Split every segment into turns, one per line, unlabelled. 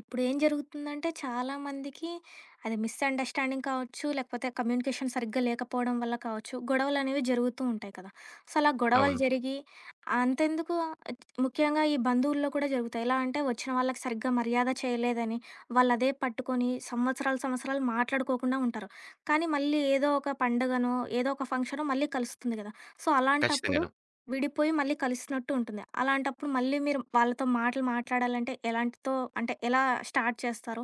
ఇప్పుడేం జరుగుతుందంటే చాలా మందికి అది మిస్‌అండర్‌స్టాండింగ్ కావచ్చు, లేకపోతే కమ్యూనికేషన్ సరిగ్గా లేకపోవడం వల్ల కావచ్చు, గొడవలనేవి జరుగుతూ ఉంటాయి కదా! సో, అలా గొడవలు
అవును.
జరిగి అంతెందుకు ముఖ్యంగా ఈ బంధువుల్లో కూడా జరుగుతాయి. ఎలా అంటే వచ్చిన వాళ్ళకి సరిగ్గా మర్యాద చేయలేదని, వాళ్ళదే పట్టుకొని సంవత్సరాలు, సంవత్సరాలు మాట్లాడుకోకుండా ఉంటారు. కానీ మళ్ళీ ఏదో ఒక పండుగనో, ఏదో ఒక ఫంక్షనో మళ్ళీ కలుస్తుంది కదా! సో, అలాంటప్పుడు
ఖచ్చితంగాను.
విడిపోయి మళ్ళీ కలిసినట్టు ఉంటుంది. అలాంటప్పుడు మళ్ళీ మీరు వాళ్ళతో మాటలు మాట్లాడాలంటే ఎలాంటితో అంటే ఎలా స్టార్ట్ చేస్తారు?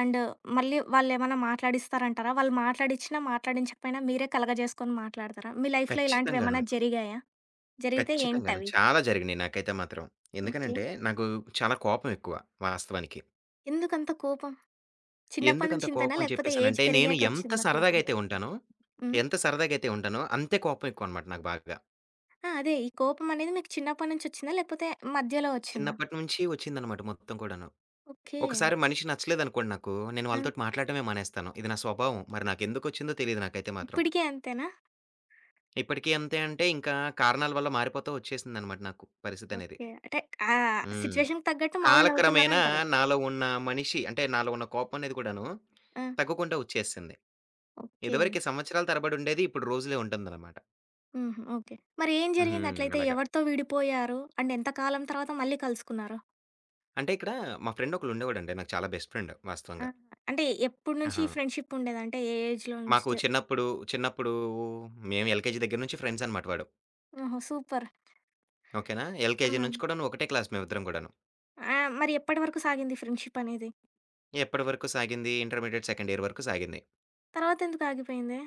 అండ్ మళ్ళీ వాళ్ళేమన్నా మాట్లాడిస్తారంటారా? వాళ్ళు మాట్లాడిచ్చినా, మాట్లాడించకపోయినా మీరే కలగజేసుకొని మాట్లాడతారా? మీ లైఫ్‌లో ఇలాంటివేమన్నా
ఖచ్చితంగాను.
జరిగాయా? జరిగితే
ఖచ్చితంగాను.
ఏంటవి?
చాలా జరిగినియి నాకైతే మాత్రం.
ఓకే.
ఎందుకనంటే, నాకు చాలా కోపం ఎక్కువ వాస్తవానికి.
ఎందుకంత కోపం? చిన్నప్పటి
ఎందుకంత
నుంచి ఇంతేనా?
కోపం అని
లేకపోతే ఏజ్
చెప్పేసనంటే, నేను
పెరిగాక
ఎంత
వచ్చిందా కోపం?
సరదాగైతే ఉంటానో,
హ్మ్.
అంతే కోపం ఎక్కువనమాట నాకు బాగా.
ఆ! అదే ఈ కోపం అనేది మీకు చిన్నప్పటి నుంచి వచ్చిందా? లేకపోతే మధ్యలో వచ్చిందా?
చిన్నప్పటి నుంచి వచ్చిందనమాట మొత్తం కూడాను.
ఓకే.
ఒకసారి మనిషి నచ్చలేదనుకోండి నాకు, నేను
ఆ!
వాళ్ళతోటి మాట్లాడటమే మానేస్తాను. ఇది నా స్వభావం. మరి నాకెందుకొచ్చిందో తెలీదు నాకైతే మాత్రం.
ఇప్పటికి అంతేనా?
ఇప్పటికీ అంతే అంటే, ఇంకా కారణాల వల్ల మారిపోతా వచ్చేసిందనమాట నాకు పరిస్థితనేది.
ఓకే. అంటే ఆ
హ్మ్.
సిట్యుయేషన్‌కి తగ్గట్టు మావోళ్ళు
కాలక్రమేణా
నవ్వుతున్నారంటారు.
నాలో ఉన్న మనిషి అంటే నాలో ఉన్న కోపం అనేది కూడాను
ఆ!
తగ్గకుండా వచ్చేసింది.
ఓకే.
ఇదివరకి సంవత్సరాల తరబడి ఉండేది. ఇప్పుడు రోజులే ఉంటుందనమాట.
హుహు. ఓకే. మరి ఏం జరిగింది
హ్మ్.
అట్లయితే?
అలాగా.
ఎవరితో విడిపోయారు? అండ్ ఎంత కాలం తర్వాత మళ్ళీ కలుసుకున్నారు?
అంటే ఇక్కడ మా ఫ్రెండ్ ఒకళ్ళు ఉండేవాడండి. నాకు చాలా బెస్ట్ ఫ్రెండ్
ఆహా!
వాస్తవంగా.
అంటే ఎప్పటినుంచి
ఆహా!
ఈ ఫ్రెండ్‌షిప్ ఉండేది? అంటే ఏ ఏజ్‌లో నుంచి?
మాకు
చె
చిన్నప్పుడు మేము ఎల్‌కేజీ దగ్గర నుంచి ఫ్రెండ్స్ అనమాట వాడు.
ఓహో! సూపర్.
ఓకేనా?
ఆ!
ఎల్‌కేజీ నుంచి కూడాను ఒకటే క్లాస్ మేమిద్దరం కూడాను.
ఆ! మరి ఎప్పటి వరకు సాగింది ఫ్రెండ్‌షిప్ అనేది?
ఎప్పటివరకు సాగింది ఇంటర్మీడియేట్ సెకండ్ ఇయర్ వరకు సాగింది.
తర్వాత ఎందుకు ఆగిపోయింది?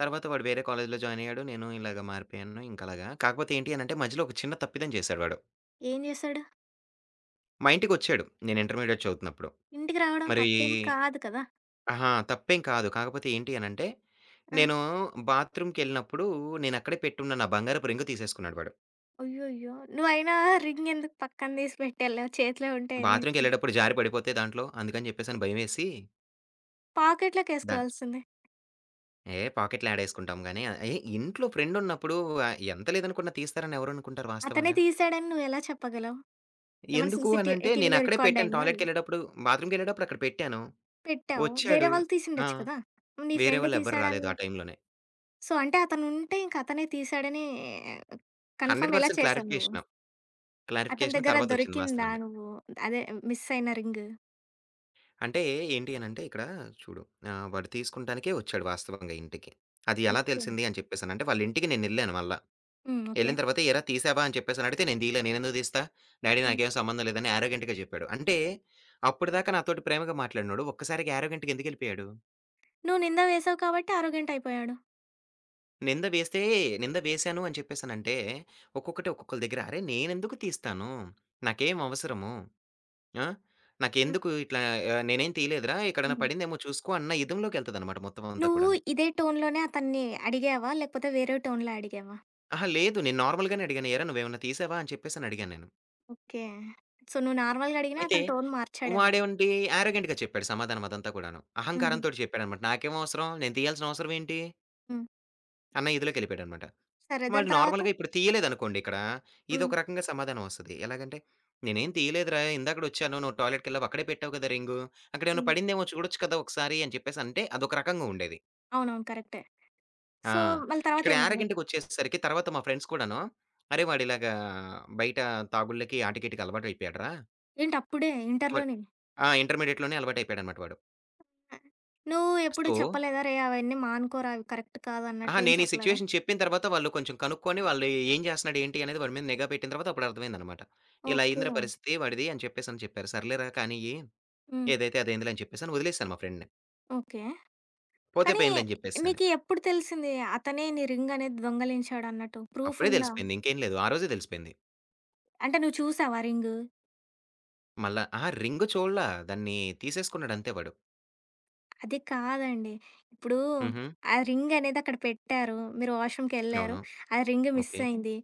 తర్వాత వాడు వేరే కాలేజ్‌లో జాయిన్ అయ్యాడు. నేను ఇలాగ మారిపోయాను. ఇంకలాగా. కాకపోతే ఏంటి అనంటే మధ్యలో ఒక చిన్న తప్పిదం చేశాడు వాడు.
ఏం చేశాడు?
మా ఇంటికొచ్చాడు. నేను ఇంటర్మీడియేట్ చదువుతున్నప్పుడు.
ఇంటికి రావడం
మరి
తప్పేం కాదు కదా!
అహా! తప్పేం కాదు. కాకపోతే ఏంటి అనంటే,
ఆ!
నేను బాత్రూమ్‌కెళ్ళినప్పుడు నేనక్కడే పెట్టున్న నా బంగారపు రింగు తీసేసుకున్నాడు వాడు.
అయ్యయ్యో! నువ్వయినా రింగ్ ఎందుకు పక్కన తీసి పెట్టెళ్ళావు? చేతిలో ఉంటే ఏమైద్ది?
బాత్రూమ్‌కెళ్ళేటప్పుడు జారి పడిపోతే దాంట్లో, అందుకని జెప్పేసని భయమేసి ద
పాకెట్‌లోకేసుకోవాల్సింది.
ఏ పాకెట్‌లో యాడేసుకుంటాం గానీ, ఏ ఇంట్లో ఫ్రెండున్నప్పుడు ఎంత లేదనుకున్నా తీస్తారని ఎవరనుకుంటారు
అతనే
వాస్తవంగా?
తీసాడని నువ్వెలా చెప్పగలవు? ఏమైనా
ఎందుకు
సీసీ టీ
అనంటే,
టీవీలో
నేనక్కడే
రికార్డ్
పెట్టాను
అయిందా అది?
టాయిలెట్‌కెళ్ళేటప్పుడు, బాత్రూమ్‌కెళ్ళేటప్పుడు అక్కడ పెట్టాను.
పెట్టావు. వేరే
వచ్చాడు.
వాళ్ళు
ఆ!
తీసుండొచ్చు కదా! నీ
వేరే
ఫ్రెండ్
వాళ్ళెవ్వరు రాలేదు
తీసాడని
ఆ టైంలోనే.
సో, అంటే అతనుంటే ఇంక అతనే తీసాడని కన్ఫర్మ్ ఎలా
100%
చేసావు నువ్వు?
క్లారిఫికేషను.
అతని
క్లారిఫికేషన్
దగ్గర
తర్వాతొచ్చింది
దొరికిందా
వాస్తవంగా.
నువ్వు? అదే మిస్ అయిన రింగ్?
అంటే ఏంటి అనంటే ఇక్కడ చూడు వాడు తీసుకుంటానికే వచ్చాడు వాస్తవంగా ఇంటికి. అది ఎలా
ఓకే.
తెలిసింది అని చెప్పేసనంటే వాళ్ళింటికి నేనెళ్ళాను మళ్ళా.
హ్మ్. ఓకే.
ఎళ్ళిన తర్వాత "ఏరా తీసావా?" అని చెప్పేసనడిగితే "నేను తీయలే. నేనెందుకు తీస్తా? డ్యాడీ
హ్మ్.
నాకేం సంబంధం లేదని" యారోగెంట్‌గా చెప్పాడు. అంటే అప్పటిదాకా నాతోటి ప్రేమగా మాట్లాడినోడు ఒక్కసారిగా యారోగెంట్‌గా ఎందుకెళ్ళిపోయాడు?
నువ్వు నింద వేసావు కాబట్టి ఆరోగెంట్ అయిపోయాడు.
నింద వేస్తే నింద వేశాను అని చెప్పేసనంటే ఒక్కొక్కటి ఒక్కొక్కళ్ళ దగ్గర "అరే! నేనెందుకు తీస్తాను? నాకేం అవసరము?" ఆ!
హ్మ్.
నాకెందుకు ఇట్లా నేనేం తీయలేదురా! ఎక్కడైనా
హ్మ్.
పడిందేమో చూసుకో అన్న ఇదంలోకెళ్తదనమాట మొత్తం అంతా
నువ్వు
కూడాను.
ఇదే టోన్‌లోనే అతన్ని అడిగావా? లేకపోతే వేరే టోన్‌లో అడిగావా?
అహా! లేదు నేను నార్మల్‌గానే అడిగాను. ఏరా నువ్వేమన్నా తీసావా? అని చెప్పేసని అడిగాను నేను.
ఓకే. సో, నువ్వు నార్మల్‌గా అడిగినా
అయితే
అతను టోన్ మార్చాడేమో.
వాడేంటి యారోగెంట్‌గా చెప్పాడు సమాధానం అదంతా కూడాను.
హుహు.
అహంకారంతోటి చెప్పాడనమాట. నాకేం అవసరం? నేను తీయాల్సిన అవసరం ఏంటి?
హ్మ్.
అన్న ఇదిలోకెళ్ళిపోయాడనమాట.
సరే. దాని
వాడు
తర్వాత?
నార్మల్‌గా ఇప్పుడు తీయలేదనుకోండి ఇక్కడ,
హ్మ్.
ఇదొక రకంగా సమాధానం వస్తది. ఎలాగంటే, "నేనేం తీయలేదురా! ఇందాకడొచ్చాను. నువ్వు టాయిలెట్‌కెళ్ళావు. అక్కడే పెట్టావు కదా రింగు. అక్కడేమన్నా
హ్మ్.
పడిందేమో చూడొచ్చు కదా ఒకసారి" అని చెప్పేసనంటే అదొక రకంగా ఉండేది.
అవునవును. కరెక్టే.
ఆ!
సో, మళ్ళీ
ఇక్కడ
తర్వాతేమైంది?
యారగంటకొచ్చేసేసరికి తర్వాత మా ఫ్రెండ్స్ కూడాను, "అరే! వాడిలాగా బయట తాగుళ్ళకి, ఆటికీటికి అలవాటయిపోయాడురా"
ఏంటి అప్పుడే
బట్
ఇంటర్‌లోనే?
ఆ! ఇంటర్మీడియేట్‌లోనే అలవాటయిపోయాడనమాట వాడు.
ఆ! నువ్వు ఎప్పుడు
సో
చెప్పలేదా? రేయ్! అవన్నీ మానుకోరా! అవి కరెక్ట్ కాదు అన్నట్టు
అహా!
ఏం
నేను ఈ
చెప్పలేదా?
సిట్యుయేషన్ చెప్పిన తర్వాత వాళ్ళు కొంచెం కనుక్కొని, వాళ్ళు ఏం చేస్తన్నాడు, ఏంటి అనేది వాడి మీద నిఘా పెట్టిన తర్వాత అప్పుడు అర్థమైందనమాట. ఇలా
ఓకే.
అయిందిరా పరిస్థితి వాడిది అని చెప్పేసని చెప్పారు. సర్లేరా కానియ్యి,
హ్మ్.
ఏదైతే అదైందిలే అని చెప్పేసని వదిలేసాను మా ఫ్రెండ్‌ని.
ఓకే.
పోతే
కానీ
పోయిందని చెప్పేసాను.
నీకు ఎప్పుడు తెలిసింది? అతనే నీ రింగ్ అనేది దొంగలించాడన్నట్టు? ప్రూఫ్
అప్పుడే
ఉందా?
తెలిసిపోయింది. ఇంకేం లేదు. ఆ రోజే తెలిసిపోయింది.
అంటే నువ్వు చూసావా రింగు?
మళ్ళా అహా! రింగ్ చూడలా. దాన్ని తీసేసుకున్నాడంతే వాడు.
అది కాదండి. ఇప్పుడు
హుహు.
ఆ రింగ్ అనేది అక్కడ పెట్టారు. మీరు వాష్‌రూమ్‌కి ఎళ్లారు.
అవును.
ఆ రింగ్ మిస్
ఓకే.
అయింది.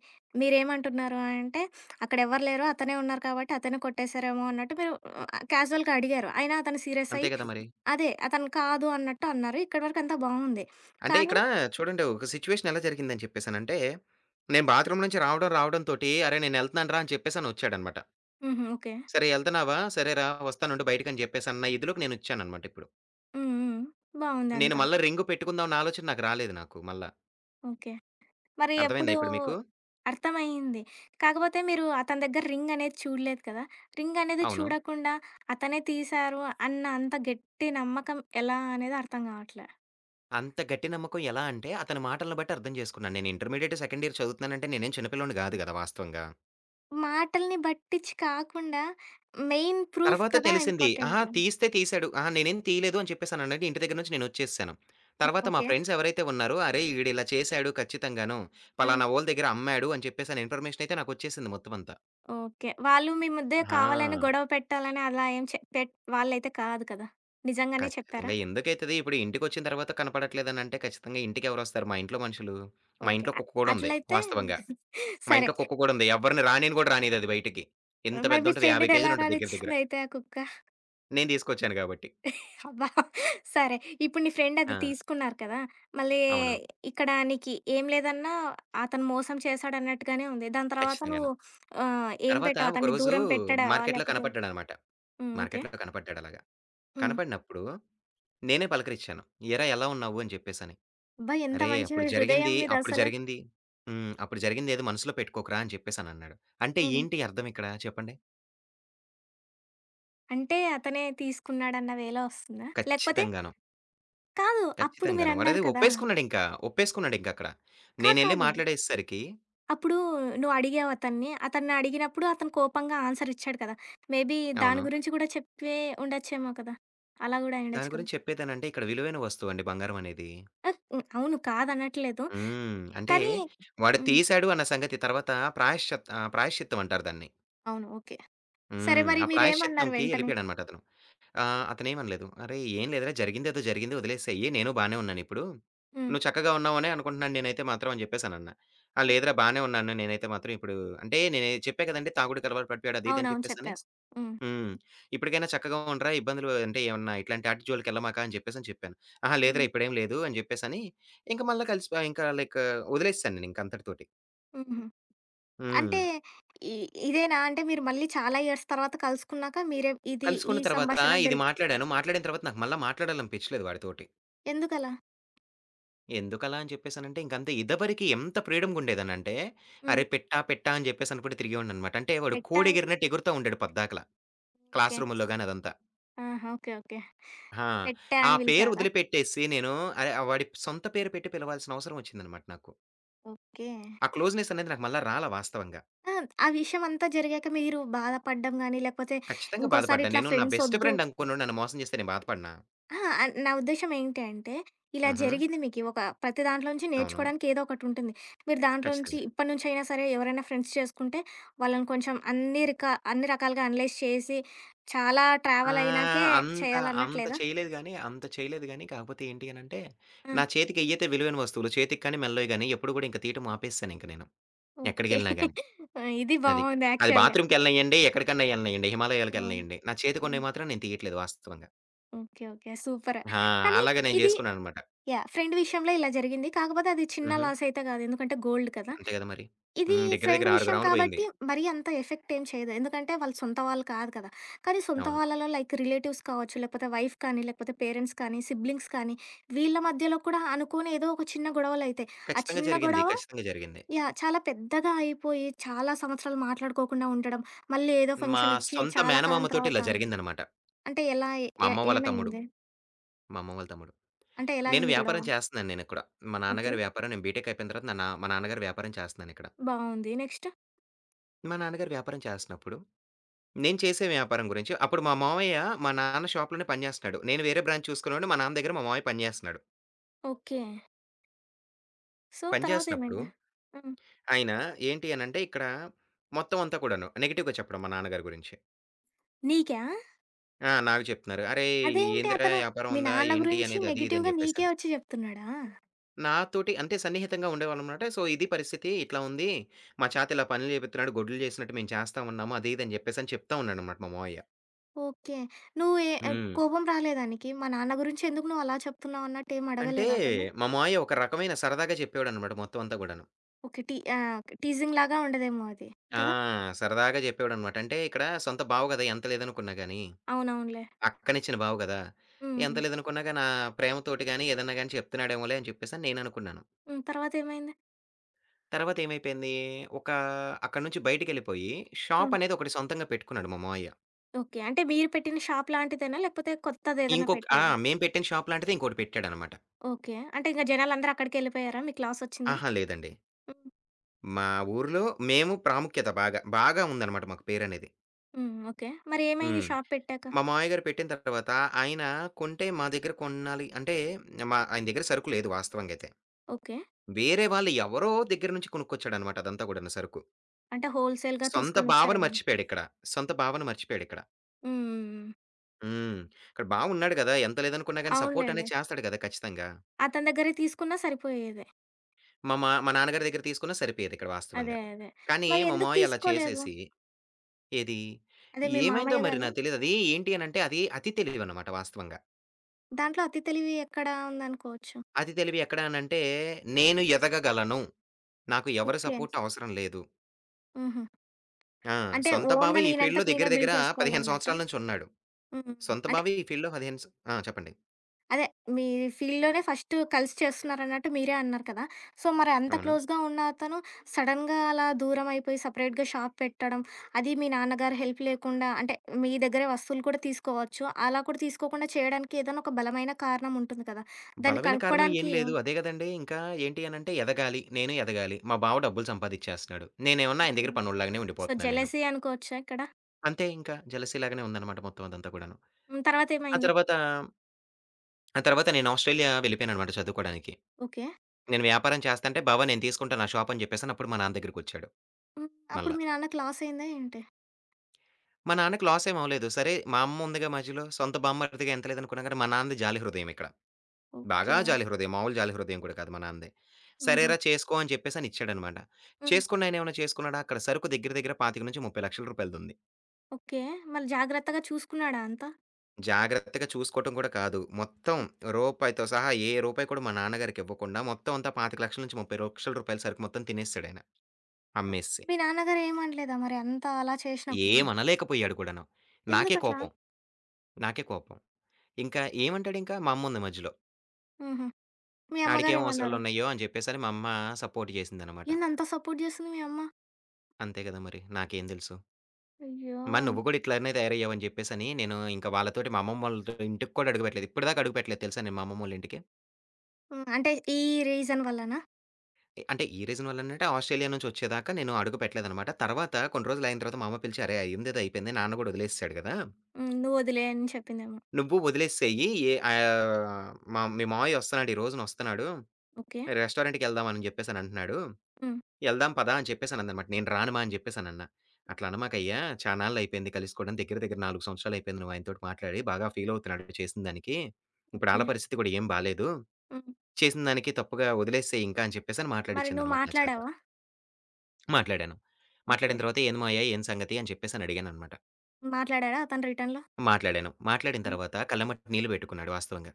మీరేమంటున్నారు అంటే, అక్కడ ఎవరు లేరు. అతనే ఉన్నారు కాబట్టి అతనే కొట్టేసారేమో అన్నట్టు మీరు క్యాజువల్‌గా అడిగారు. అయినా అతను సీరియస్
అంతే
అయ్యి
కదా మరి.
అదే అతను కాదు అన్నట్టు అన్నారు. ఇక్కడి వరకు అంతా బావుంది.
అంటే
కానీ
ఇక్కడ చూడండి ఒక సిట్యుయేషన్ ఎలా జరిగిందని చెప్పేసనంటే, నేను బాత్రూమ్ నుంచి రావడం, రావడంతోటి "అరే! నేనెళ్తన్నానురా" అని చెప్పేసనొచ్చాడనమాట.
హుహు. ఓకే.
"సరే ఎళ్తన్నావా? సరేరా వస్తానుండు బయటికని" చెప్పేసన్న ఇదిలోకి నేనొచ్చాననమాట ఇప్పుడు.
హ్మ్. హ్మ్. బావుంది
నేను
అంతా.
మళ్ళా రింగు పెట్టుకుందాం అన్న ఆలోచన నాకు రాలేదు నాకు మళ్ళా.
ఓకే. మరి ఎప్పుడు
అర్థమైందా ఇప్పుడు మీకు?
అర్థమయింది. కాకపోతే మీరు అతని దగ్గర రింగ్ అనేది చూడలేదు కదా! రింగ్ అనేది
అవును.
చూడకుండా అతనే తీశారు అన్న అంత గట్టి నమ్మకం ఎలా అనేది అర్థం కావట్లే.
అంత గట్టి నమ్మకం ఎలా అంటే అతని మాటలను బట్టి అర్థం జేసుకున్నాను. నేను ఇంటర్మీడియేట్ సెకండ్ ఇయర్ చదువుతున్నానంటే నేనేం చిన్న పిల్లోడిని గాదు గదా! వాస్తవంగా.
మాటల్ని బట్టిచ్చి కాకుండా మెయిన్ ప్రూఫ్
తర్వాత
కదా
తెలిసింది. అహా!
ఇంపార్టెంట్. హ్మ్.
తీస్తే తీసాడు. అహా! నేనేం తీయలేదు అని చెప్పేసానండి. ఇంటి దగ్గర నుంచి నేనొచ్చేసాను. తర్వాత మా
ఓకే.
ఫ్రెండ్స్ ఎవరైతే ఉన్నారో, "అరేయ్! ఈడిలా చేసాడు ఖచ్చితంగాను.
హ్మ్.
పలానా వోళ్ళ దగ్గర అమ్మాడు" అని చెప్పేసి అనే ఇన్ఫర్మేషన్ అయితే నాకొచ్చేసింది మొత్తమంతా.
ఓకే. వాళ్ళు మీ మధ్య కావాలని
ఆ!
గొడవ పెట్టాలని అలా ఏం చె పెట్ వాళ్ళైతే కాదు కదా! నిజంగానే చెప్పారా?
ఖచ్చితంగా ఎందుకైతది? ఇప్పుడు ఇంటికొచ్చిన తర్వాత కనపడట్లేదనంటే ఖచ్చితంగా ఇంటికెవరొస్తారు? మా ఇంట్లో మనుషులు. మా
ఓకే.
ఇంట్లో
అ
కుక్క కూడా ఉంది
అట్లయితే
వాస్తవంగా. మా
సరే.
ఇంట్లో కుక్క కూడా ఉంది. ఎవ్వరిని రానిను కూడా రానిదది బయటికి. ఎంత
మరి మీ
పెద్దుంటది 50
ఫ్రెండ్‌ని ఎలా
కేజీలుంటది దగ్గర దగ్గర.
రానిచ్చిందయితే ఆ కుక్క?
నేను తీసుకొచ్చాను గాబట్టి.
అబ్బా! సరే. ఇప్పుడు నీ ఫ్రెండ్ అది
ఆ!
తీసుకున్నారు కదా! మళ్ళీ
అవును.
ఇక్కడ నీకి ఏం లేదన్నా అతను మోసం చేశాడన్నట్టుగానే ఉంది. దాని తర్వాత
ఖచ్చితంగాను.
నువ్వు ఏం
తర్వాత
పెట్టావు? అతన్ని
ఒకరోజు
దూరం పెట్టడావా?
మార్కెట్‌లో
లేకపోతే
కనపడ్డాడనమాట.
హ్మ్. ఓకే.
మార్కెట్‌లో కనపడ్డాడలాగా.
హ్మ్.
కనపడినప్పుడు నేనే పలకరిచ్చాను. "ఏరా ఎలా ఉన్నావు?" అని చెప్పేసని.
అబ్బా! ఎంత
"అరేయ్!
మంచి
అప్పుడు
హృదయం
జరిగింది అప్పుడు
మీదసలు.
జరిగింది హ్మ్. అప్పుడు జరిగిందేదో మనసులో పెట్టుకోకురా" అని చెప్పేసనన్నాడు. అంటే
హ్మ్.
ఏంటి అర్థం ఇక్కడ చెప్పండి?
అంటే అతనే తీసుకున్నాడన్న వేలో వస్తుందా? లేకపోతే
ఖచ్చితంగాను.
కాదు. అప్పుడు
ఖచ్చితంగాను.
మీరన్నారు
వాడది
కదా!
ఒప్పేసుకున్నాడింకా. ఒప్పేసుకున్నాడింకక్కడ.
కాదు.
నేనెళ్లి
కాదు.
మాట్లాడేసేసరికి
అప్పుడు నువ్వు అడిగావు అతన్ని. అతన్ని అడిగినప్పుడు అతను కోపంగా ఆన్సర్ ఇచ్చాడు కదా! మేబీ దాని
అవును.
గురించి కూడా చెప్పే ఉండొచ్చేమో కదా! అలా గూడా
దాని
అయ్యుండొచ్చు కదా!
గురించి చెప్పేదానంటే ఇక్కడ విలువైన వస్తువండి బంగారం అనేది.
హ్మ్. అవును. కాదనట్లేదు.
హ్మ్. అంటే
కానీ
వాడు
హ్మ్.
తీశాడు అన్న సంగతి తర్వాత ప్రాయశ్చిత్తం అంటారు దాన్ని.
అవును. ఓకే. సరే
హ్మ్.
మరి
ఆ
మీరేమన్నారు
ప్రాయశ్చిత్తంకి
వెంటనే?
ఎళ్ళిపోయాడనమాట అతను. అతనేమనలేదు. "అరేయ్! ఏం లేదురా జరిగిందేదో జరిగింది వదిలేసేయి. నేను బానే ఉన్నానిప్పుడు.
హ్మ్.
నువ్వు చక్కగా ఉన్నావనే అనుకుంటున్నాను నేనైతే మాత్రం" అని జెప్పేసనన్నా. "ఆ!
హ్మ్.
లేదురా బానే ఉన్నాను నేనైతే మాత్రం ఇప్పుడు" అంటే నేను చెప్పా కదండీ తాగుడుకి అలవాటు పడిపోయాడు అది ఇది అని
అవునవును.
చెప్పేసని.
చెప్పారు. హ్మ్.
హ్మ్. "ఇప్పటికైనా చక్కగా ఉండరా ఇబ్బందులు అంటే ఏమన్నా ఇట్లాంటి ఆటి జోలికెళ్ళమాక" అని చెప్పేసని చెప్పాను. "అహా! లేదురా
హ్మ్.
ఇప్పుడేం లేదు" అని జెప్పేసని ఇంక మళ్ళా కలిసిపో ఇంకా లైక్ వదిలేసేసాను నేనింక అంతటితోటి.
హుహు.
హ్మ్.
అంటే ఇ ఇదేనా? అంటే మీరు మళ్ళీ చాలా ఇయర్స్ తర్వాత కలుసుకున్నాక మీరే ఇది ఈ
కలుసుకున్న తర్వాత
సంభాషణ
ఇది
జరిగి
మాట్లాడాను. మాట్లాడిన తర్వాత నాకు మళ్ళా మాట్లాడాలనిపిచ్చలేదు వాడితోటి.
ఎందుకలా?
ఎందుకలా అని చెప్పేసనంటే, ఇంకంతే ఇదవరికి ఎంత ఫ్రీడమ్‌గుండేదనంటే,
హ్మ్.
అరే! పెట్టా, పెట్టా అని చెప్పేసి అనుకుంట తిరిగేవాడిననమాట. అంటే వాడు
పెట్టా అంటే
కోడెగిరినట్టు ఎగురుతా ఉండాడు పద్దాకల.
ఓకే.
క్లాస్ రూముల్లో గాని అదంతా.
ఆహా! ఓకే. ఓకే.
ఆ!
పెట్టా
ఆ
అని
పేరు
పిలిచేవారా?
వదిలిపెట్టేసి నేను అరె! వాడి సొంత పేరు పెట్టి పిలవాల్సిన అవసరం వచ్చిందనమాట నాకు.
ఓకే.
ఆ క్లోజ్‌నెస్ అనేది నాకు మళ్ళా రాలా వాస్తవంగా.
ఆ! ఆ విషయం అంతా జరిగాక మీరు బాధపడడం గాని, లేకపోతే
ఖచ్చితంగా
ఇంకోసారి
బాధపడ్డా.
ఇట్లా
నేను నా
ఫ్రెండ్స్
బెస్ట్
ఒద్దు
ఫ్రెండ్ అనుకున్నోడు నన్ను మోసం చేస్తే నేను బాధపడనా?
ఆ! అన్ నా ఉద్దేశ్యం ఏంటి అంటే, ఇలా
హుహు.
జరిగింది మీకి ఒక ప్రతి దాంట్లో నుంచి
అవును.
నేర్చుకోవడానికి ఏదో ఒకటుంటుంది. మీరు దాంట్లో నుంచి
ఖచ్చితంగా.
ఇప్పటి నుంచైనా సరే ఎవరైనా ఫ్రెండ్స్ చేసుకుంటే, వాళ్ళని కొంచెం అన్ని రకాలుగా అనలైజ్ చేసి, చాలా
ఆ!
ట్రావెల్ అయినాకే
అంత,
చేయాలన్నట్లేదా?
అంత చేయలేదు గానీ, కాకపోతే ఏంటి అనంటే,
ఆ!
నా చేతికెయ్యైతే విలువైన వస్తువులు, చేతికి కానీ, మెడలోయి గానీ, ఎప్పుడు గూడా ఇంక తీయటం ఆపేసానింక నేను.
ఓకే.
ఎక్కడికెళ్ళినా గానీ.
ఆ! ఇది
అది.
బావుంది
అది
యాక్చువల్‌గా.
బాత్రూమ్‌కెళ్ళనియ్యండి, ఎక్కడికన్నా యెళ్ళనియ్యండి,
హ్మ్.
హిమాలయాలకెళ్ళనియ్యండి, నా
హ్మ్.
చేతికున్నయి మాత్రం నేను తీయట్లేదు వాస్తవంగా.
ఓకే. ఓకే. సూపర్.
ఆ!
కానీ
అలాగే నేను
ఇది
జేసుకున్నాననమాట.
యాహ్! ఫ్రెండ్ విషయంలో ఇలా జరిగింది. కాకపోతే అది చిన్న
హుహు.
లాస్ అయితే కాదు. ఎందుకంటే గోల్డ్ కదా!
అంతే గదా మరి.
ఇది
హ్మ్. దగ్గర
ఫ్రెండ్
దగ్గర 6
విషయం
గ్రాములు బోయింది.
కాబట్టి మరీ అంత ఎఫెక్ట్ ఏం చేయదు. ఎందుకంటే వాళ్ళు సొంత వాళ్ళు కాదు కదా! కానీ సొంత
అవును.
వాళ్ళలో లైక్ రిలేటివ్స్ కావచ్చు, లేకపోతే వైఫ్ కానీ, లేకపోతే పేరెంట్స్ కానీ, సిబ్లింగ్స్ కానీ, వీళ్ళ మధ్యలో కూడా అనుకోని ఏదో ఒక చిన్న గొడవలైతాయి. ఆ
ఖచ్చితంగా
చిన్న
జరిగింది.
గొడవ
ఖచ్చితంగా జరిగింది.
యాహ్! చాలా పెద్దగా అయిపోయి చాలా సంవత్సరాలు మాట్లాడుకోకుండా ఉండడం. మళ్ళీ ఏదో
మా
ఫంక్షన్ ఇచ్చి
సొంత
చాలా కాలం
మేనమామ తోటి
తర్వాత
ఇలా జరిగిందనమాట.
అంటే ఎలా?
మా అమ్మ వాళ్ళ తమ్ముడు.
ఏమైంది?
మా అమ్మ వాళ్ళ తమ్ముడు.
అంటే ఎలా
నేను
అయింది గొడవ?
వ్యాపారం చేస్తన్నాను నేనిక్కడ. మా
ఓకే.
నాన్నగారి వ్యాపారం నేను బీటెక్ అయిపోయిన తర్వాత నా నా మా నాన్నగారి వ్యాపారం చేస్తన్నానిక్కడ.
బావుంది. నెక్స్ట్?
మా నాన్నగారు వ్యాపారం చేస్తన్నప్పుడు, నేను చేసే వ్యాపారం గురించి అప్పుడు మా మామయ్య మా నాన్న షాప్‌లోనే పని జేస్తన్నాడు. నేను వేరే బ్రాంచ్ చూసుకునేవాడిని. మా నాన్న దగ్గర మా మామయ్య పని జేస్తన్నాడు.
ఓకే. సో,
పని జేస్తన్నప్పుడు
తర్వాతేమైంది? హ్మ్.
ఆయన ఏంటి అనంటే ఇక్కడ మొత్తం అంతా కూడాను నెగెటివ్‌గా చెప్పడం మా నాన్నగారి గురించి.
నీకా?
ఆ! నాకు చెప్తున్నారు. "అరేయ్!
అదేంటి
ఏందిరా
అతను
వ్యాపారం
మీ
ఉందా?
నాన్న
ఏంటి?"
గురించి
అనేది అది ఇది అని
నెగెటివ్‌గా నీకే
జెప్పేసని.
ఒచ్చి జెప్తున్నాడా?
నాతోటి అంటే సన్నిహితంగా ఉండేవాళ్ళనమాట. సో, ఇది పరిస్థితి ఇట్లా ఉంది. మా చేత ఇలా పనులు చేపిస్తున్నాడు. గొడ్లు చేసినట్టు మేము చేస్తా ఉన్నాము. అది ఇది అని చెప్పేసని చెప్తా ఉన్నాడనమాట మా మావయ్య.
ఓకే. నువ్వు
హ్మ్.
కోపం రాలేదా నీకి? మా నాన్న గురించి ఎందుకు నువ్వు అలా చెప్తున్నావు అన్నట్టు ఏమి
అంటే
అడగలేదా అతను?
మా మావయ్య ఒక రకమైన సరదాగా చెప్పేవాడనమాట మొత్తం అంతా గూడాను.
ఓకే. టీజింగ్ లాగా ఉండదేమో అది.
ఆ!
కదా!
సరదాగా చెప్పేవాడనమాట. అంటే ఇక్కడ సొంత బావ గదా! ఎంత లేదనుకున్నా గాని,
అవునవునులే.
అక్కనిచ్చిన బావ గదా!
హ్మ్. హ్మ్.
ఎంత లేదనుకున్నా గాని ఆ ప్రేమతోటి గాని, ఏదన్నా గాని చెప్తున్నాడేమోలే అని చెప్పేసని నేననుకున్నాను.
హ్మ్. తర్వాతేమైంది?
తర్వాత ఏమైపోయింది, ఒక అక్కడి నుంచి బయటికెళ్ళిపోయి షాప్
హ్మ్.
అనేది ఒకటి సొంతంగా పెట్టుకున్నాడు మా మావయ్య.
ఓకే. అంటే మీరు పెట్టిన షాప్ లాంటిదేనా? లేకపోతే కొత్తదేదైనా
ఆ!
పెట్టాడా?
మేము పెట్టిన షాప్ లాంటిదే ఇంకోటి పెట్టాడనమాట.
ఓకే. అంటే ఇంక జనాలందరూ అక్కడికెళ్ళిపోయారా? మీకు లాసొచ్చిందా?
అహా! లేదండి.
హ్మ్.
మా ఊర్లో మేము ప్రాముఖ్యత బాగా. బాగా ఉందనమాట మాకు పేరనేది.
హ్మ్. ఓకే. మరేమైంది
హ్మ్.
షాప్ పెట్టాక?
మా మామయ్య గారు పెట్టిన తర్వాత ఆయన కొంటే మా దగ్గర కొనాలి అంటే మా ఆయన దగ్గర సరుకు లేదు వాస్తవంగైతే.
ఓకే.
వేరే వాళ్ళు ఎవరో దగ్గర నుంచి కొనుక్కొచ్చాడనమాట అదంతా గూడాను సరుకు.
అంటే హోల్‌సేల్‌గా
సొంత భావన
తీసుకొనొచ్చారేమో.
మర్చిపోయాడిక్కడ. సొంత భావన మర్చిపోయాడిక్కడ.
హ్మ్. హ్మ్.
హ్మ్. ఇక్కడ బావ ఉన్నాడు గదా! ఎంత లేదనుకున్నా గాని
అవునులెండి.
సపోర్టనేది చేస్తాడు గదా! ఖచ్చితంగా.
అతని దగ్గరే తీసుకున్నా సరిపోయేది.
మా మా మా నాన్నగారి దగ్గర తీసుకున్నా సరిపోయేదిక్కడ
అదే.
వాస్తవంగా.
అదే.
కానీ
మరి
మా
ఎందుకు
మామయ్య అలా
తీసుకోలేదు?
చేసేసి ఏది?
అదే మీ
ఏమైందో
మామయ్య
మరి
గారు.
నాకు తెలీదు. అది ఏంటి అనంటే అది అతి తెలివనమాట వాస్తవంగా.
దాంట్లో అతి తెలివి ఎక్కడ ఉందనుకోవచ్చు?
అతి తెలివి ఎక్కడ అనంటే, నేను ఎదగగలను. నాకు ఎవరి
ఓకే.
సపోర్ట్ అవసరం లేదు.
హుహు.
ఆ!
అంటే
సొంత బావ
ఓన్‌గా
ఈ ఫీల్డ్‌లో
నేనంతకు నేనే
దగ్గర దగ్గర
బిల్డ్
15
చేసుకోవాలన్నట్టా?
సంవత్సరాల నుంచి ఉన్నాడు.
హ్మ్.
సొంత
అంటే
బావ ఈ ఫీల్డ్‌లో 15 ఆ! చెప్పండి.
అదే మీ ఫీల్డ్‌లోనే ఫస్ట్ కలిసి చేస్తున్నారన్నట్టు మీరే అన్నారు కదా! సో, మరి అంత
అవును.
క్లోజ్‌గా ఉన్న అతను సడెన్‌గా అలా దూరం అయిపోయి సెపరేట్‌గా షాప్ పెట్టడం, అది మీ నాన్నగారు హెల్ప్ లేకుండా అంటే మీ దగ్గరే వస్తువులు కూడా తీసుకోవచ్చు. అలా కూడా తీసుకోకుండా చేయడానికి ఏదైనా ఒక బలమైన కారణం ఉంటుంది కదా! దాన్ని
బలమైన కారణం ఏం
కనుక్కోడానికి
లేదు. అదే గదండీ ఇంకా ఏంటి అనంటే ఎదగాలి. నేను ఎదగాలి. మా బావ డబ్బులు సంపాదిచ్చేస్తున్నాడు. నేనేమన్నా ఆయన
ఓకే.
దగ్గర పనోడిలాగానే
సో,
ఉండిపోతున్నాను నేను.
జెలసీ అనుకోవచ్చా ఇక్కడ?
అంతే ఇంకా జెలసీ లాగానే ఉందనమాట మొత్తం అదంతా కూడాను.
హ్మ్. తర్వాత
ఆ
ఏమైంది?
తర్వాత ఆ తర్వాత నేను ఆస్ట్రేలియా వెళ్ళిపోయాననమాట చదువుకోడానికి.
ఓకే.
నేను వ్యాపారం చేస్తంటే, "బావ నేను తీసుకుంటా నా షాప్" అని చెప్పేసని అప్పుడు మా నాన్న దగ్గరికొచ్చాడు
హ్మ్. అప్పుడు
మళ్ళా.
మీ నాన్నకి లాస్ అయిందా ఏంటి?
మా నాన్నకి లాస్ ఏమి అవ్వలేదు. సరే మా అమ్మ ఉందిగా మధ్యలో, సొంత బామ్మర్దిగా ఎంత లేదనుకున్నా గాని, మా నాన్నది జాలి హృదయం ఇక్కడ.
ఓకే.
బాగా జాలి హృదయం. మామూలు జాలి హృదయం కూడా కాదు మా నాన్నది.
హుహు.
"సరేరా చేసుకో" అని చెప్పేసని ఇచ్చాడనమాట.
హ్మ్.
చేసుకున్న ఆయన ఏమైనా చేసుకున్నాడా? అక్కడ సరుకు దగ్గర దగ్గర రూ. 25,000-30,000 రూపాయలదుంది.
ఓకే. మరి జాగ్రత్తగా చూసుకున్నాడా అంతా?
జాగ్రత్తగా చూసుకోవటం కూడా కాదు. మొత్తం రూపాయితో సహా ఏ రూపాయి కూడా మా నాన్నగారికి ఇవ్వకుండా, మొత్తం అంతా 20,00,000-30,00,000 రూపాయల సరుకు మొత్తం తినేసాడాయన అమ్మేసేసి.
మీ నాన్నగారు ఏమనలేదా మరి అంత అలా చేసినప్పుడు? హ్మ్.
ఏమనలేకపోయాడు కూడాను. నాకే
ఎందుకట్లా?
కోపం. నాకే కోపం. ఇంకా ఏమంటాడింకా? మా అమ్ముంది మధ్యలో.
హుహు. మీ
ఆడికేం
అమ్మగారేమన్నారు?
అవసరాలున్నాయో అని జెప్పేసని మా అమ్మ సపోర్ట్ జేసిందనమాట.
ఏందంత సపోర్ట్ జేస్తుంది మీ అమ్మ?
అంతే గదా! మరి నాకేం దెలుసు?
అయ్యో!
మరి నువ్వు గూడా ఇట్లనే తయారయ్యావని జెప్పేసని నేను ఇంక వాళ్ళతోటి మా అమ్మమ్మోళ్ళతో ఇంటికి కూడా అడుగు పెట్టలేదు. ఇప్పటిదాకా అడుగు పెట్టలేదు తెలుసా నేను మా అమ్మమ్మోళ్ళింటికి.
హ్మ్. అంటే ఈ రీజన్ వల్లనా?
ఎ అంటే ఏ అంటే ఈ రీజన్ వల్లనంటే ఆస్ట్రేలియా నుంచొచ్చేదాకా నేను అడుగు పెట్టలేదనమాట. తర్వాత కొన్ని రోజులయిన తర్వాత మా అమ్మ పిలిచి "అరేయ్! అయిందేదో అయిపోయింది. నాన్న గూడా వదిలేసేసాడు గదా!
హ్మ్. నువ్వొదిలేయ్ అని చెప్పిందేమో.
నువ్వు వదిలేసేయి. ఏ ఆహ్, మా మీ మావయ్య ఒస్తన్నాడు. ఈ రోజునొస్తన్నాడు.
ఓకే.
రెస్టారెంట్‌కెళ్దాం" అని జెప్పేసనంటన్నాడు.
హ్మ్.
ఎళ్దాం పదా! అని చెప్పేసనందనమాట. నేను రానుమా అని చెప్పేసనన్నా. "అట్లా
హ్మ్.
అనమాకయ్యా చాన్నాళ్లయిపోయింది కలిసుకోవడం. దగ్గర దగ్గర 4 సంవత్సరాలయిపోయింది నువ్వు ఆయనతోటి మాట్లాడి. బాగా ఫీలవుతున్నాడు చేసిన దానికి. ఇప్పుడు
ఓకే.
ఆళ్ళ పరిస్థితి కూడా ఏం బాలేదు.
హ్మ్.
చేసిన దానికి తప్పుగా వదిలేసేయి ఇంకా" అని చెప్పేసని
మరి నువ్వు
మాట్లాడిచ్చిందనమాట నా చేత.
మాట్లాడావా?
మాట్లాడాను.
ఓకే.
మాట్లాడిన తర్వాత "ఏంది మావయ్య ఏం సంగతి" అని చెప్పేసని అడిగాననమాట.
మాట్లాడాడా అతను రిటర్న్‌లో?
మాట్లాడాను. మాట్లాడిన
హ్మ్.
తర్వాత కళ్ళమ్మట నీళ్లు పెట్టుకున్నాడు వాస్తవంగా.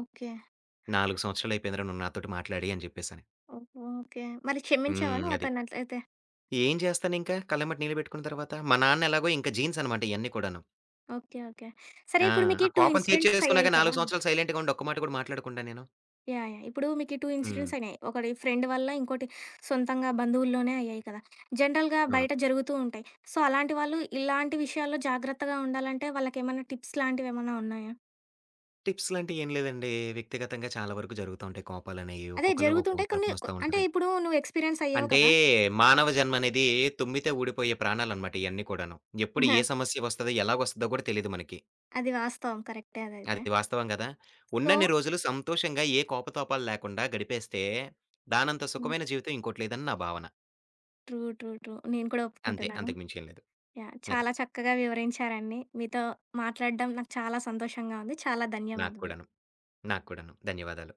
ఓకే.
"4 సంవత్సరాలయిపోయిందిరా నువ్వు నాతోటి మాట్లాడి" అని చెప్పేసని.
ఓహో! ఓకే. మరి క్షమించావా
హ్మ్.
నువ్వు
అది.
అతనట్లయితే?
ఏం చేస్తానింకా కళ్ళమ్మట నీళ్లు పెట్టుకున్న తర్వాత. మా నాన్న ఎలాగో ఇంకా జీన్స్ అనమాట ఇయన్నీ కూడాను.
ఓకే. ఓకే. సరే
ఆ!
ఇప్పుడు మీకీ
ఆ
2
కోపం
ఇన్సిడెంట్స్ అయ్యాయి
తీర్చేసుకున్నాక
కదా!
4 సంవత్సరాలు సైలెంట్‌గా ఉండి ఒక్క మాట కూడా మాట్లాడకుండా నేను.
యాహ్! యాహ్! ఇప్పుడు మీకీ 2
హ్మ్.
ఇన్సిడెంట్స్ అయినాయి. ఒకటి ఫ్రెండ్ వల్ల, ఇంకోటి సొంతంగా బంధువుల్లోనే అయ్యాయి కదా! జనరల్‌గా
అవును.
బయట జరుగుతూ ఉంటాయి. సో, అలాంటి వాళ్ళు ఇలాంటి విషయాల్లో జాగ్రత్తగా ఉండాలంటే వాళ్ళకేమన్నా టిప్స్ లాంటివేమన్నా ఉన్నాయా?
టిప్స్ లాంటియి ఏం లేదండి. వ్యక్తిగతంగా చాలా వరకు జరుగుతా ఉంటాయి కోపాలనేయి.
అదే
ఒక్కొక్కళ్ళకి ఒక్కొక్క
జరుగుతుంటాయి కొన్ని కొ
తరపునొస్తా
అంటే
ఉంటది.
ఇప్పుడు నువ్వు ఎక్స్‌పీరియన్స్ అయ్యావు
అంటే
కదా! హా,
మానవ జన్మ అనేది తుమ్మితే ఊడిపోయే ప్రాణాలనమాట ఇయన్నీ కూడాను. ఎప్పుడు ఏ సమస్య వస్తదో, ఎలాగొస్తదో కూడా తెలీదు మనకి.
అది వాస్తవం. కరెక్టే అదైతే.
అది వాస్తవం గదా!
సో
ఉన్నన్ని రోజులు సంతోషంగా ఏ కోపతాపాలు లేకుండా గడిపేస్తే దానంత
హ్మ్.
సుఖమైన జీవితం ఇంకోటి లేదని నా భావన.
ట్రూ. ట్రూ. ట్రూ. నేను కూడా
అంతే.
ఒప్పుకుంటున్నాను.
అంతకు మించి ఏం లేదు.
యాహ్!
అది.
చాలా చక్కగా వివరించారండి. మీతో మాట్లాడడం నాకు చాలా సంతోషంగా ఉంది. చాలా
నాకు
ధన్యవాదాలు.
కూడాను. నాకు కూడాను. ధన్యవాదాలు.